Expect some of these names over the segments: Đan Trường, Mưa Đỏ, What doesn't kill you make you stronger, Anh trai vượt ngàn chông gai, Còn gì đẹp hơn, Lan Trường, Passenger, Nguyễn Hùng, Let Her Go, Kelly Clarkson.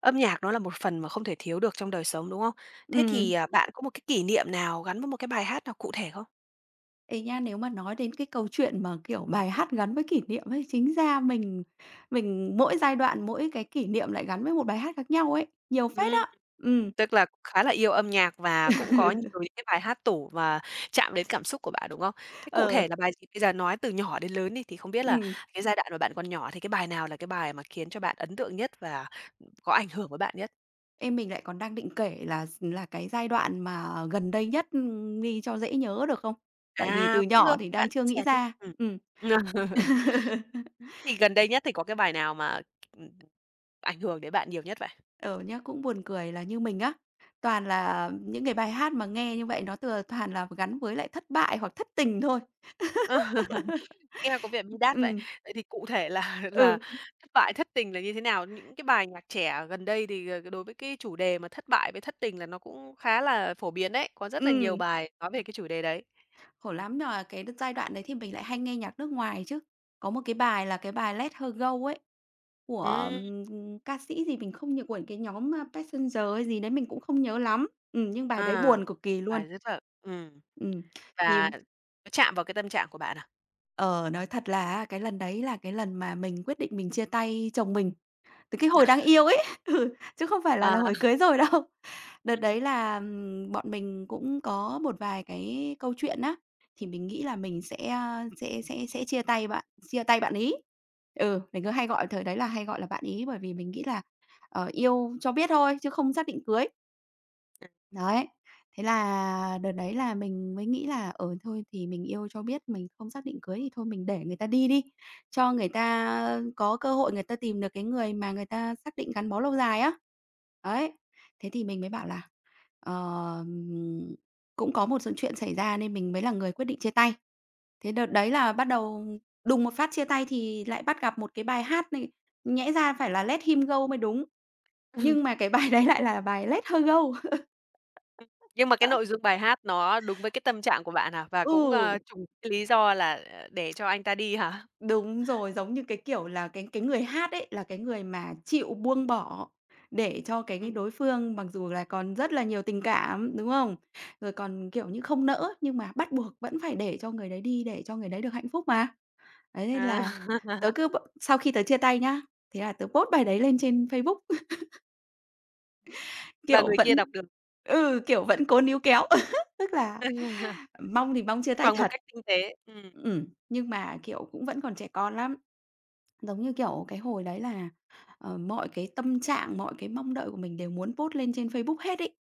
Âm nhạc nó là một phần mà không thể thiếu được trong đời sống, đúng không? Thế Ừ, thì, bạn có một cái kỷ niệm nào gắn với một cái bài hát nào cụ thể không? thì nha, nếu mà nói đến cái câu chuyện mà, kiểu, bài hát gắn với kỷ niệm ấy, chính ra mình mỗi giai đoạn, mỗi cái kỷ niệm lại gắn với một bài hát khác nhau ấy, nhiều phết Ừm, á. Ừ, tức là cũng khá là yêu âm nhạc và cũng có nhiều những cái bài hát tủ và chạm đến cảm xúc của bạn, đúng không? Thế cụ ờ, thể là bài gì? Bây giờ nói từ nhỏ đến lớn đi, thì không biết là ừm, cái giai đoạn mà bạn còn nhỏ thì cái bài nào là cái bài mà khiến cho bạn ấn tượng nhất và có ảnh hưởng với bạn nhất? em mình lại còn đang định kể là cái giai đoạn mà gần đây nhất, đi cho dễ nhớ được không? Tại vì À, từ cũng được, nhỏ thì bạn đang chưa chia nghĩ sẻ đi. ra. Ừm. Ừ. Thì gần đây nhất thì có cái bài nào mà ừm, ảnh hưởng đến bạn nhiều nhất vậy? Ở nhá, cũng buồn cười là như mình á, toàn là những cái bài hát mà nghe như vậy nó từ toàn là gắn với lại thất bại hoặc thất tình thôi. Nghe có vẻ bi đát vậy. Ừ, Vậy thì cụ thể là là ừ. thất bại, thất tình là như thế nào? Những cái bài nhạc trẻ gần đây thì, đối với cái chủ đề mà thất bại với thất tình là nó cũng khá là phổ biến đấy, có rất là nhiều Ừm, bài nói về cái chủ đề đấy. Khổ lắm nhờ cái đợt giai đoạn đấy thì mình lại hay nghe nhạc nước ngoài chứ. Có một cái bài là cái bài Let Her Go ấy, của, Ừm, ca sĩ gì mình không nhớ của cái nhóm, Passenger hay gì đấy mình cũng không nhớ lắm. Nhưng bài đấy à, buồn cực kỳ luôn. bài rất là Ừm, thì và nó chạm vào cái tâm trạng của bạn à? ờ, nói thật là á cái lần đấy là cái lần mà mình quyết định mình chia tay chồng mình. Từ cái hồi đang yêu ấy, ừ, chứ không phải là À, hồi cưới rồi đâu. Đợt đấy ừm. là, bọn mình cũng có một vài cái câu chuyện á, thì mình nghĩ là mình sẽ, a, sẽ sẽ chia tay bạn ấy. Ừ, mình cứ hay gọi thời đấy là hay gọi là bạn ấy, bởi vì mình nghĩ là, yêu cho biết thôi chứ không xác định cưới. Đấy, thế là đợt đấy là mình mới nghĩ là, thôi thì mình yêu cho biết, mình không xác định cưới thì thôi mình để người ta đi đi, cho người ta có cơ hội người ta tìm được cái người mà người ta xác định gắn bó lâu dài á. Đấy, thế thì mình mới bảo là, ờ, ừm, cũng có một sự chuyện xảy ra nên mình mới là người quyết định chia tay. Thế đợt đấy là bắt đầu đùng một phát chia tay thì lại bắt gặp một cái bài hát này, nhẽ ra phải là "Let Him Go" mới đúng. Nhưng mà cái bài đấy lại là bài Let Her Go. Nhưng mà cái nội dung bài hát nó đúng với cái tâm trạng của bạn à? Và cũng, Ừ. trùng cái lý do là, để cho anh ta đi hả? Đúng rồi, giống như cái kiểu là cái người hát ấy, là cái người mà chịu buông bỏ để cho cái Ừm, đối phương mặc dù là còn rất là nhiều tình cảm, đúng không? Rồi còn, kiểu như, không nỡ nhưng mà bắt buộc vẫn phải để cho người đấy đi để cho người đấy được hạnh phúc mà. Đấy, nên à, là tớ cứ b sau khi tớ chia tay nhá, thế là tớ post bài đấy lên trên Facebook. và Kiểu, người vẫn kia đọc được. Kiểu, vẫn cố níu kéo, tức là mong thì mong chia tay Bằng một thật. cách tinh tế, Nhưng mà, kiểu, cũng vẫn còn trẻ con lắm, giống như, kiểu, cái hồi đấy là, mọi cái tâm trạng, mọi cái mong đợi của mình đều muốn post lên trên Facebook hết ấy,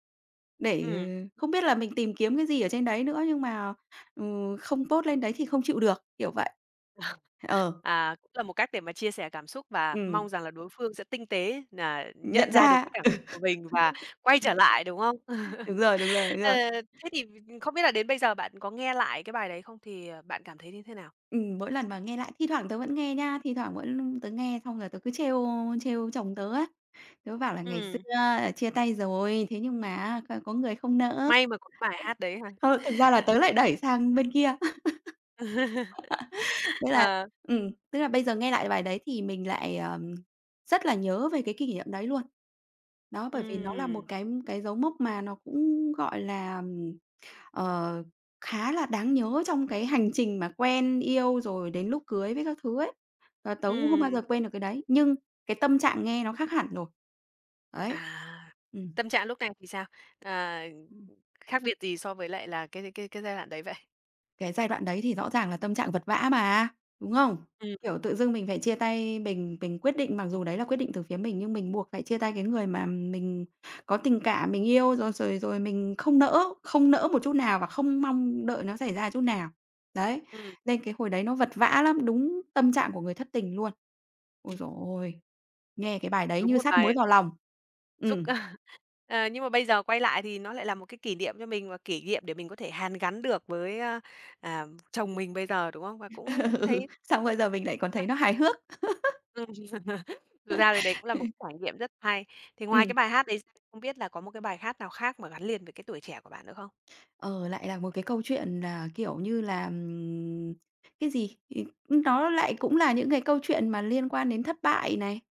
để ừm, không biết là mình tìm kiếm cái gì ở trên đấy nữa, nhưng mà, không post lên đấy thì không chịu được, kiểu vậy. Ờ, cũng là một cách để mà chia sẻ cảm xúc và ừm, mong rằng là đối phương sẽ tinh tế nà nhận Nhận ra được ra, cái cảm xúc của mình và quay trở lại, đúng không? đúng rồi, đúng rồi, đúng Ờ, rồi. thế thì không biết là đến bây giờ bạn có nghe lại cái bài đấy không? Thì, bạn cảm thấy như thế nào? Mỗi lần mà nghe lại thi thoảng tớ vẫn nghe nha, thi thoảng vẫn tớ nghe xong rồi tớ cứ trêu trêu chồng tớ á, tớ bảo là "Ngày xưa Ừm, chia tay rồi, thế nhưng mà á có người không nỡ." may mà có cái bài hát đấy ha. Thôi thực ra là tớ lại đẩy sang bên kia, tức là Ờ, tức là bây giờ nghe lại bài đấy thì mình lại, rất là nhớ về cái kỷ niệm đấy luôn. Đó, bởi vì nó là một ừm, cái dấu mốc mà nó cũng, gọi là Ờ, khá là đáng nhớ trong cái hành trình mà quen yêu rồi đến lúc cưới với các thứ ấy. Và tớ cũng không bao ừm, giờ quên được cái đấy, nhưng cái tâm trạng nghe nó khác hẳn rồi. à, Đấy. Ừm. tâm trạng lúc này thì sao? À, khác biệt gì so với lại là cái giai đoạn đấy vậy? Cái giai đoạn đấy thì rõ ràng là tâm trạng vật vã mà, đúng không? Ừm, Kiểu, tự dưng mình phải chia tay, mình quyết định mặc dù đấy là quyết định từ phía mình nhưng mình buộc phải chia tay cái người mà mình có tình cảm, mình yêu rồi rồi rồi mình không nỡ, không nỡ một chút nào và không mong đợi nó xảy ra chút nào. Đấy, ừm, nên cái hồi đấy nó vật vã lắm, đúng tâm trạng của người thất tình luôn. Ôi giời ôi! Nghe cái bài đấy đúng như một sát muối bài vào lòng. Xúc Ừm, ờ, nhưng mà bây giờ quay lại thì nó lại là một cái kỷ niệm cho mình và kỷ niệm để mình có thể hàn gắn được với, a, à, chồng mình bây giờ, đúng không? Và cũng ừ, thấy xong bây giờ mình lại còn là thấy nó hài hước. ừm, dù sao thì đấy cũng là một trải nghiệm rất hay. Thì ngoài cái Ừ. bài hát đấy ra không biết là có một cái bài hát nào khác mà gắn liền với cái tuổi trẻ của bạn nữa không? Ờ, Lại là một cái câu chuyện là, kiểu như là, cái gì? Nó lại cũng là những cái câu chuyện mà liên quan đến thất bại này,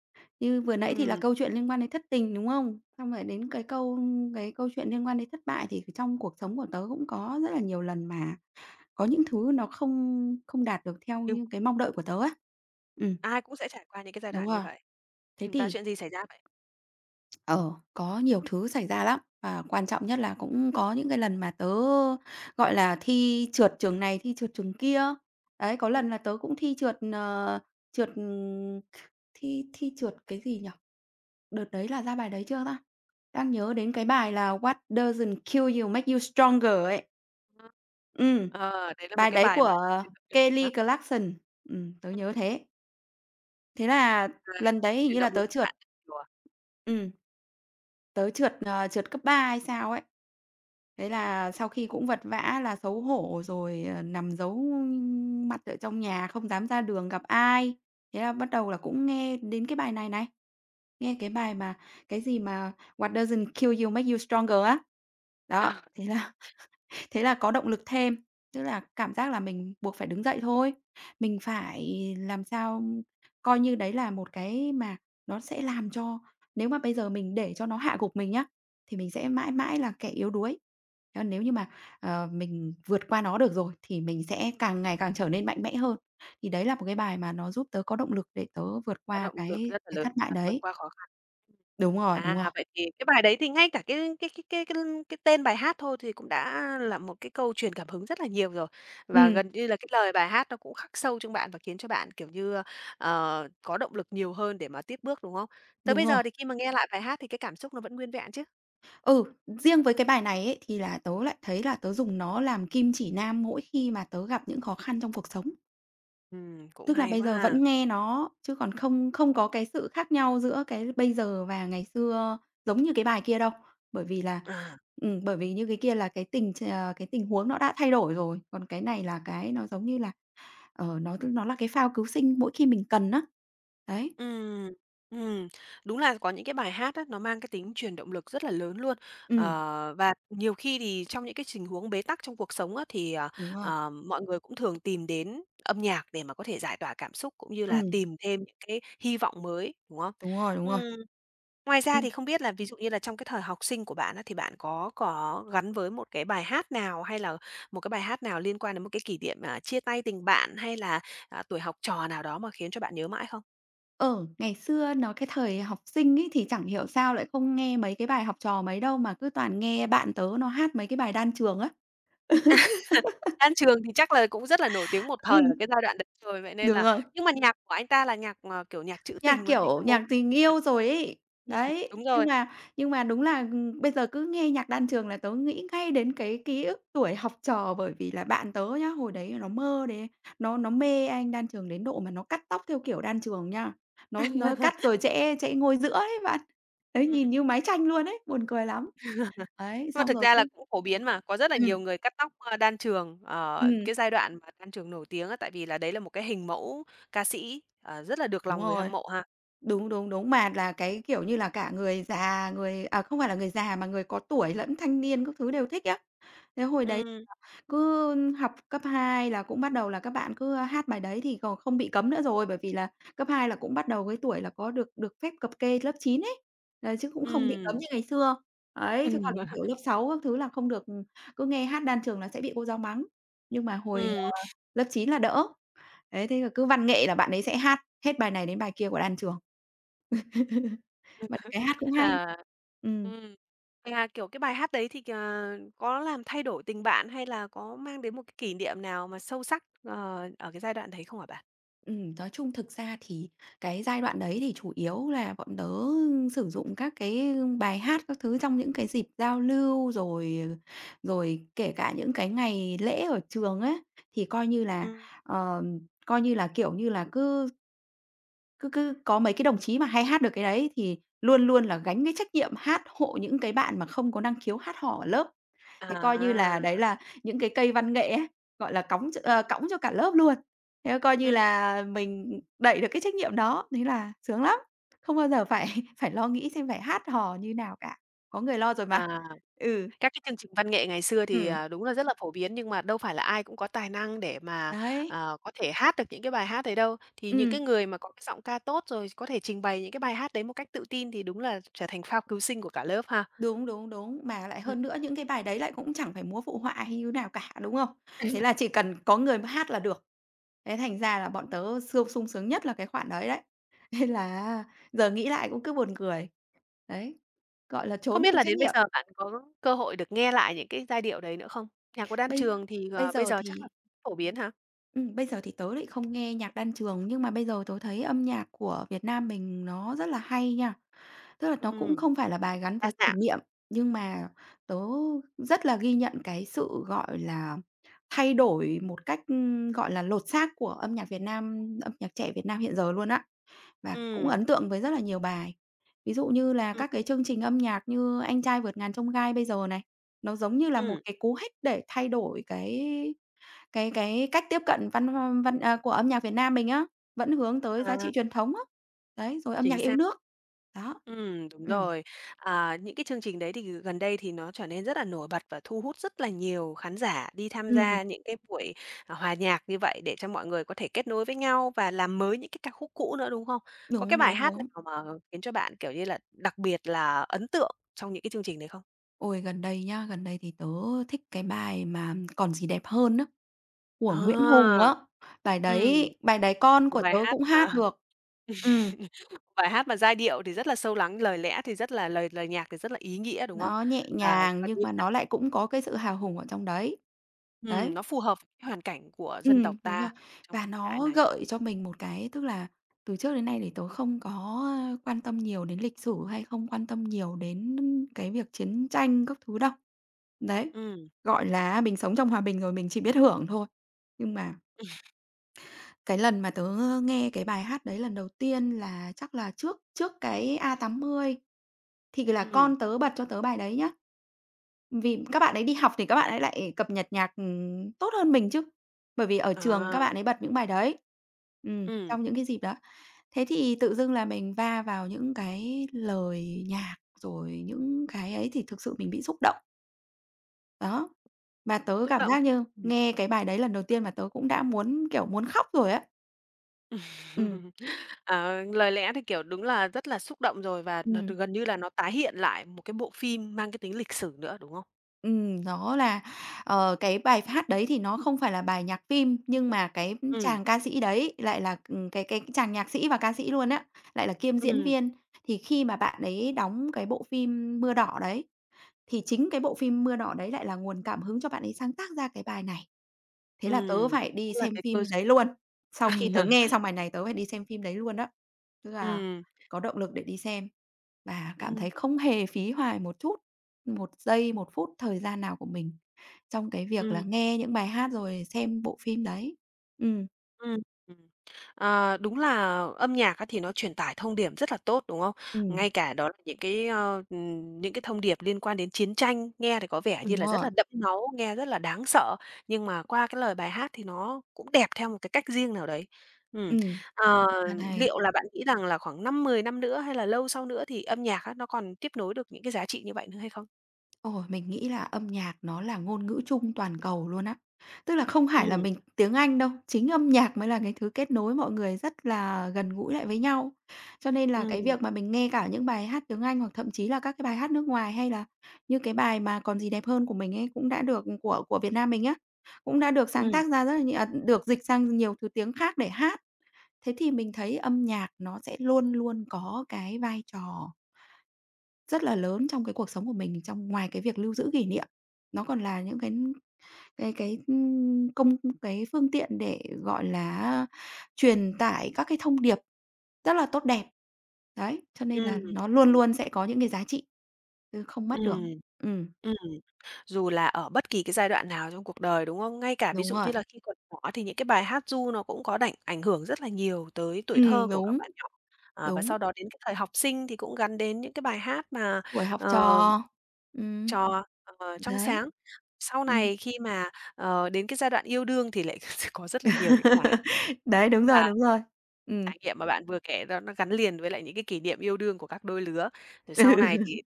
như vừa nãy thì là Ừm, câu chuyện liên quan đến thất tình, đúng không? Xong rồi đến cái câu chuyện liên quan đến thất bại thì trong cuộc sống của tớ cũng có rất là nhiều lần mà có những thứ nó không không đạt được theo nhưng như cái mong đợi của tớ á. Ừm, ai cũng sẽ trải qua những cái giai đúng đoạn như rồi. vậy. Thế Và thì chuyện gì xảy ra vậy? Ờ, có nhiều thứ xảy ra lắm, và quan trọng nhất là cũng có những cái lần mà tớ, gọi là, thi trượt trường này, thi trượt trường kia. Đấy, có Ừm, lần là tớ cũng thi trượt, ờ, trượt, thi thi trượt cái gì nhỉ? Đợt đấy là ra bài đấy chưa ta? Đang nhớ đến cái bài là "What doesn't kill you make you stronger" ấy. Ừm, ờ, đấy là một Bài cái đấy bài mà của truyền động lực hả? Kelly Clarkson, tớ Ừm, nhớ thế. Thế là là lần đấy hình truyền như là động lực tớ cho trượt. bạn nhiều Ừm. Tớ trượt cấp 3 hay sao ấy. Thế là sau khi cũng vật vã là xấu hổ rồi, nằm giấu mặt ở trong nhà không dám ra đường gặp ai. Thế là bắt đầu là cũng nghe đến cái bài này này, nghe cái bài mà cái gì mà "What doesn't kill you make you stronger" á. Đó, à? thế là có động lực thêm, tức là cảm giác là mình buộc phải đứng dậy thôi, mình phải làm sao coi như đấy là một cái mà nó sẽ làm cho nếu mà bây giờ mình để cho nó hạ gục mình nhá, thì mình sẽ mãi mãi là kẻ yếu đuối. Thế còn nếu như mà, mình vượt qua nó được rồi thì mình sẽ càng ngày càng trở nên mạnh mẽ hơn. Thì đấy là một cái bài mà nó giúp tớ có động lực để tớ vượt Có qua động lực cái rất là cái lớn thất bại và vượt đấy. qua khó khăn. Đúng rồi, À, đúng rồi. vậy thì cái bài đấy thì ngay cả cái tên bài hát thôi thì cũng đã là một cái câu truyền cảm hứng rất là nhiều rồi. Và Ừm, gần như là cái lời bài hát nó cũng khắc sâu trong bạn và khiến cho bạn, kiểu như, có động lực nhiều hơn để mà tiếp bước, đúng không? Tới đúng bây rồi. giờ thì khi mà nghe lại bài hát thì cái cảm xúc nó vẫn nguyên vẹn chứ? Ừ, riêng với cái bài này ấy, thì là tớ lại thấy là tớ dùng nó làm kim chỉ nam mỗi khi mà tớ gặp những khó khăn trong cuộc sống. Cũng Tức là hay bây quá giờ ha. vẫn nghe nó, chứ còn không không có cái sự khác nhau giữa cái bây giờ và ngày xưa giống như cái bài kia đâu. Bởi vì là À. bởi vì như cái kia là cái tình huống nó đã thay đổi rồi, còn cái này là cái nó giống như là, nó là cái phao cứu sinh mỗi khi mình cần á. Đấy, Ừm, ừm, đúng là có những cái bài hát á, nó mang cái tính truyền động lực rất là lớn luôn. ừm, Ờ, và nhiều khi thì trong những cái tình huống bế tắc trong cuộc sống á, thì đúng rồi, mọi người cũng thường tìm đến âm nhạc để mà có thể giải tỏa cảm xúc, cũng như là ừm, tìm thêm những cái hy vọng mới, đúng không? đúng rồi, đúng rồi. Ừm, ngoài ra thì không biết là ví dụ như là trong cái thời học sinh của bạn á, thì bạn có gắn với một cái bài hát nào, hay là một cái bài hát nào liên quan đến một cái kỷ niệm, à, chia tay tình bạn, hay là, à, tuổi học trò nào đó mà khiến cho bạn nhớ mãi không? Ờ, Ngày xưa nó cái thời học sinh ấy thì chẳng hiểu sao lại không nghe mấy cái bài học trò mấy đâu, mà cứ toàn nghe bạn tớ nó hát mấy cái bài Đan Trường á. Lan Trường thì chắc là cũng rất là nổi tiếng một thời Ừm. ở cái giai đoạn đấy rồi, vậy nên Đúng là rồi, nhưng mà nhạc của anh ta là nhạc, kiểu, nhạc trữ nhạc, tình mà, những cái kiểu, mối nhạc tình yêu rồi ấy. Ừm, Đấy, đúng nhưng rồi. mà nhưng mà đúng là, bây giờ cứ nghe nhạc Đan Trường là tớ nghĩ ngay đến cái ký ức tuổi học trò, bởi vì là bạn tớ nhá, hồi đấy nó mơ đến nó mê anh Đan Trường đến độ mà nó cắt tóc theo kiểu Đan Trường nha. Nó cắt rồi trẽ trẽ ngôi giữa ấy bạn. Đấy, Ừm. nhìn như máy tranh luôn ấy, buồn cười lắm. Ấy, Nhưng mà xong thực rồi ra là cứ cũng phổ biến mà, có rất là nhiều Ừm, người cắt tóc, ơ, đan trường, cái ừm, giai đoạn mà Đan Trường nổi tiếng á, tại vì là đấy là một cái hình mẫu ca sĩ, rất là được Đúng lòng người hâm rồi, mộ ha. đúng, đúng, đúng. Mà là cái, kiểu như là, cả người già, người à, không phải là người già mà người có tuổi lẫn thanh niên các thứ đều thích á. Thế hồi đấy Ừm, cứ học cấp 2 là cũng bắt đầu là các bạn cứ hát bài đấy thì còn không bị cấm nữa rồi, bởi vì là cấp 2 là cũng bắt đầu cái tuổi là có được được phép cập kê lớp 9 ấy, đấy, chứ cũng không bị cấm ừm. như ngày xưa. Ấy, chứ còn, kiểu, lớp 6 các thứ là không được, cứ nghe hát Đan Trường là sẽ bị cô giáo mắng. Nhưng mà hồi Ừm. lớp 9 là đỡ. Đấy, thế là cứ văn nghệ là bạn ấy sẽ hát hết bài này đến bài kia của Đan Trường. Mà được cái hát cũng hay. À. Ừm. Ừm. Vậy kiểu, cái bài hát đấy thì, có làm thay đổi tình bạn hay là có mang đến một cái kỷ niệm nào mà sâu sắc, ở cái giai đoạn đấy không hả bạn? Nói chung thực ra thì cái giai đoạn đấy thì chủ yếu là bọn tớ sử dụng các cái bài hát các thứ trong những cái dịp giao lưu, rồi rồi kể cả những cái ngày lễ ở trường ấy thì coi như là, Ừm. ờ, coi như là, kiểu như là, cứ cứ cứ có mấy cái đồng chí mà hay hát được cái đấy thì luôn luôn là gánh cái trách nhiệm hát hộ những cái bạn mà không có năng khiếu hát hò ở lớp. Thế coi như À, là đấy là những cái cây văn nghệ á, gọi là, ừm, cõng cho cả lớp luôn. Thế coi như ừm, là mình đẩy được cái trách nhiệm đó, thế là sướng lắm, không bao giờ phải phải lo nghĩ xem phải hát hò như nào cả, có người lo rồi à, mà. Ừ. các cái chương trình văn nghệ ngày xưa thì, Ừm. à, đúng là rất là phổ biến nhưng mà đâu phải là ai cũng có tài năng để mà Đấy, có thể hát được những cái bài hát đấy đâu. Thì những ừm, cái người mà có cái giọng ca tốt rồi có thể trình bày những cái bài hát đấy một cách tự tin thì đúng là trở thành phao cứu sinh của cả lớp ha. đúng, đúng, đúng, mà lại hơn nữa những cái bài đấy lại cũng chẳng phải múa phụ họa hay như nào cả, đúng không? Thế là chỉ cần có người mà hát là được. Thế thành ra là bọn tớ sung sướng nhất là cái khoản đấy đấy. Nên là giờ nghĩ lại cũng cứ buồn cười. Đấy, gọi là, Không trốn biết được là trách đến bây nhiệm. giờ bạn có cơ hội được nghe lại những cái giai điệu đấy nữa không? Nhạc của Đan Bây Trường thì, bây bây giờ giờ chắc là thì phổ biến hả? Bây giờ thì tớ lại không nghe nhạc Đan Trường, nhưng mà bây giờ tớ thấy âm nhạc của Việt Nam mình nó rất là hay nha. Tức là nó cũng Ừm, không phải là bài gắn đa với kỷ dạng. niệm, nhưng mà tớ rất là ghi nhận cái sự, gọi là, thay đổi một cách, gọi là, lột xác của âm nhạc Việt Nam, âm nhạc trẻ Việt Nam hiện giờ luôn á. Và cũng Ừm, ấn tượng với rất là nhiều bài. Ví dụ như là ừm, các cái chương trình âm nhạc như "Anh trai vượt ngàn chông gai" bây giờ này, nó giống như là một ừm, cái cú hích để thay đổi cái cách tiếp cận văn hoa văn à, của âm nhạc Việt Nam mình á, vẫn hướng tới giá à, trị truyền thống á. Đấy, rồi âm nhạc chính yêu xác. nước. Đó. Đúng Ừm, rồi. À, những cái chương trình đấy thì gần đây thì nó trở nên rất là nổi bật và thu hút rất là nhiều khán giả đi tham ừm, gia những cái buổi, à, hòa nhạc như vậy để cho mọi người có thể kết nối với nhau và làm mới những cái ca khúc cũ nữa, đúng không? Có cái đúng, bài đúng, hát đúng. nào mà khiến cho bạn, kiểu như là, đặc biệt là ấn tượng trong những cái chương trình đấy không? Ôi, gần đây nhá, gần đây thì tớ thích cái bài mà "Còn gì đẹp hơn" á, của À! Nguyễn Hùng á. Bài Ừm, đấy bài đấy con một của bài tớ hát cũng hát mà được. Ừm. một bài hát mà giai điệu thì rất là sâu lắng, lời lẽ thì rất là lời lời nhạc thì rất là ý nghĩa, đúng không? Nó nhẹ Và nhàng gần nhưng như mà là nó lại cũng có cái sự hào hùng ở trong đấy. Đấy, nó phù hợp với cái hoàn cảnh của dân tộc đúng ta rồi. trong Và thời đại nó này. gợi cho mình một cái tức là từ trước đến nay thì tớ không có, quan tâm nhiều đến lịch sử hay không quan tâm nhiều đến cái việc chiến tranh các thứ đâu. Đấy, Ừm, gọi là mình sống trong hòa bình rồi mình chỉ biết hưởng thôi. Nhưng mà cái lần mà tớ nghe cái bài hát đấy lần đầu tiên là chắc là trước trước cái a 80 thì là ừm, con tớ bật cho tớ bài đấy nhá. Vì các bạn ấy đi học thì các bạn ấy lại cập nhật nhạc, tốt hơn mình chứ, bởi vì ở trường các à, bạn ấy bật những bài đấy. Ừm, Trong những cái dịp đó. Thế thì tự dưng là mình va vào những cái lời nhạc, rồi những cái ấy thì thực sự mình bị xúc động, đó. Và tớ xúc cảm động giác chứ. như Ừm. nghe cái bài đấy lần đầu tiên mà tớ cũng đã muốn, kiểu, muốn khóc rồi á. Ừm, Ờ, lời lẽ thì, kiểu, đúng là rất là xúc động rồi và nó ừm. gần như là nó tái hiện lại một cái bộ phim mang cái tính lịch sử nữa, đúng không? Nó là, cái bài hát đấy thì nó không phải là bài nhạc phim, nhưng mà cái Ừm, chàng ca sĩ đấy lại là, cái chàng nhạc sĩ và ca sĩ luôn á, lại là kiêm diễn ừm, viên. Thì khi mà bạn ấy đóng cái bộ phim Mưa Đỏ đấy, thì chính cái bộ phim Mưa Đỏ đấy lại là nguồn cảm hứng cho bạn ấy sáng tác ra cái bài này. Thế là tớ ừm, phải đi cũng là xem cái cơ phim đấy duyên. luôn. Sau khi tớ nghe xong bài này tớ phải đi xem phim đấy luôn đó. Tức là Ừm, có động lực để đi xem. Và cảm ừm, thấy không hề phí hoài một chút, một giây, một phút thời gian nào của mình trong cái việc là ừm. nghe những bài hát rồi xem bộ phim đấy. Ừm. Ừm, ừm. Ờ, đúng là âm nhạc á thì nó truyền tải thông điệp rất là tốt, đúng không? Ừm. Ngay cả đó là những cái thông điệp liên quan đến chiến tranh, nghe thì có vẻ như Đúng là rất rồi, là đẫm máu, nghe rất là đáng sợ, nhưng mà qua cái lời bài hát thì nó cũng đẹp theo một cái cách riêng nào đấy. Ừm, ừm, ờ, rất là hay. liệu là bạn nghĩ rằng là khoảng 5-10 năm nữa hay là lâu sau nữa thì âm nhạc á, nó còn tiếp nối được những cái giá trị như vậy nữa hay không? Ồ, mình nghĩ là âm nhạc nó là ngôn ngữ chung toàn cầu luôn á. Tức là không phải là Ừm, mình tiếng Anh đâu, chính âm nhạc mới là cái thứ kết nối mọi người rất là gần gũi lại với nhau. Cho nên là cái ừm, việc mà mình nghe cả những bài hát tiếng Anh hoặc thậm chí là các cái bài hát nước ngoài hay là như cái bài mà "Còn gì đẹp hơn" của mình ấy cũng đã được của Việt Nam mình á, cũng đã được sáng ừm, tác ra rất là nhiều à, được dịch sang nhiều thứ tiếng khác để hát. Thế thì mình thấy âm nhạc nó sẽ luôn luôn có cái vai trò rất là lớn trong cái cuộc sống của mình, trong ngoài cái việc lưu giữ kỷ niệm, nó còn là những cái, ưm, công cái phương tiện để, gọi là truyền tải các cái thông điệp rất là tốt đẹp. Đấy, cho nên là ừm, nó luôn luôn sẽ có những cái giá trị, không mất được. ừm. Ừm, Ừm, dù là ở bất kỳ cái giai đoạn nào trong cuộc đời, đúng không? Ngay cả ví đúng dụ rồi. như là khi còn nhỏ thì những cái bài hát ru nó cũng có đảnh ảnh hưởng rất là nhiều tới tuổi thơ của các Đúng, bạn nhỏ. À, và đúng, sau đó đến cái thời học sinh thì cũng gắn đến những cái bài hát mà, tuổi học ờ, trò. Ừm. trò, trong Đấy. sáng. Sau Ừm. này khi mà, đến cái giai đoạn yêu đương thì lại có rất là nhiều những cái bài Đấy, đúng rồi, hát đúng rồi. Trải nghiệm mà bạn vừa kể đó nó gắn liền với lại những cái kỷ niệm yêu đương của các đôi lứa. Rồi Ừ. sau này thì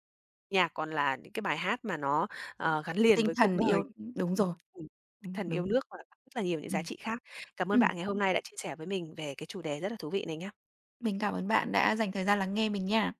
nhạc còn là những cái bài hát mà nó, gắn liền Tinh với cuộc thần đời. yêu đúng Ừm, rồi. ừm, Đúng, thần yêu đúng. nước và rất là nhiều những giá Ừm. trị khác. Cảm ơn Ừm, bạn ngày hôm nay đã chia sẻ với mình về cái chủ đề rất là thú vị này nha. mình cảm ơn bạn đã dành thời gian lắng nghe mình nha.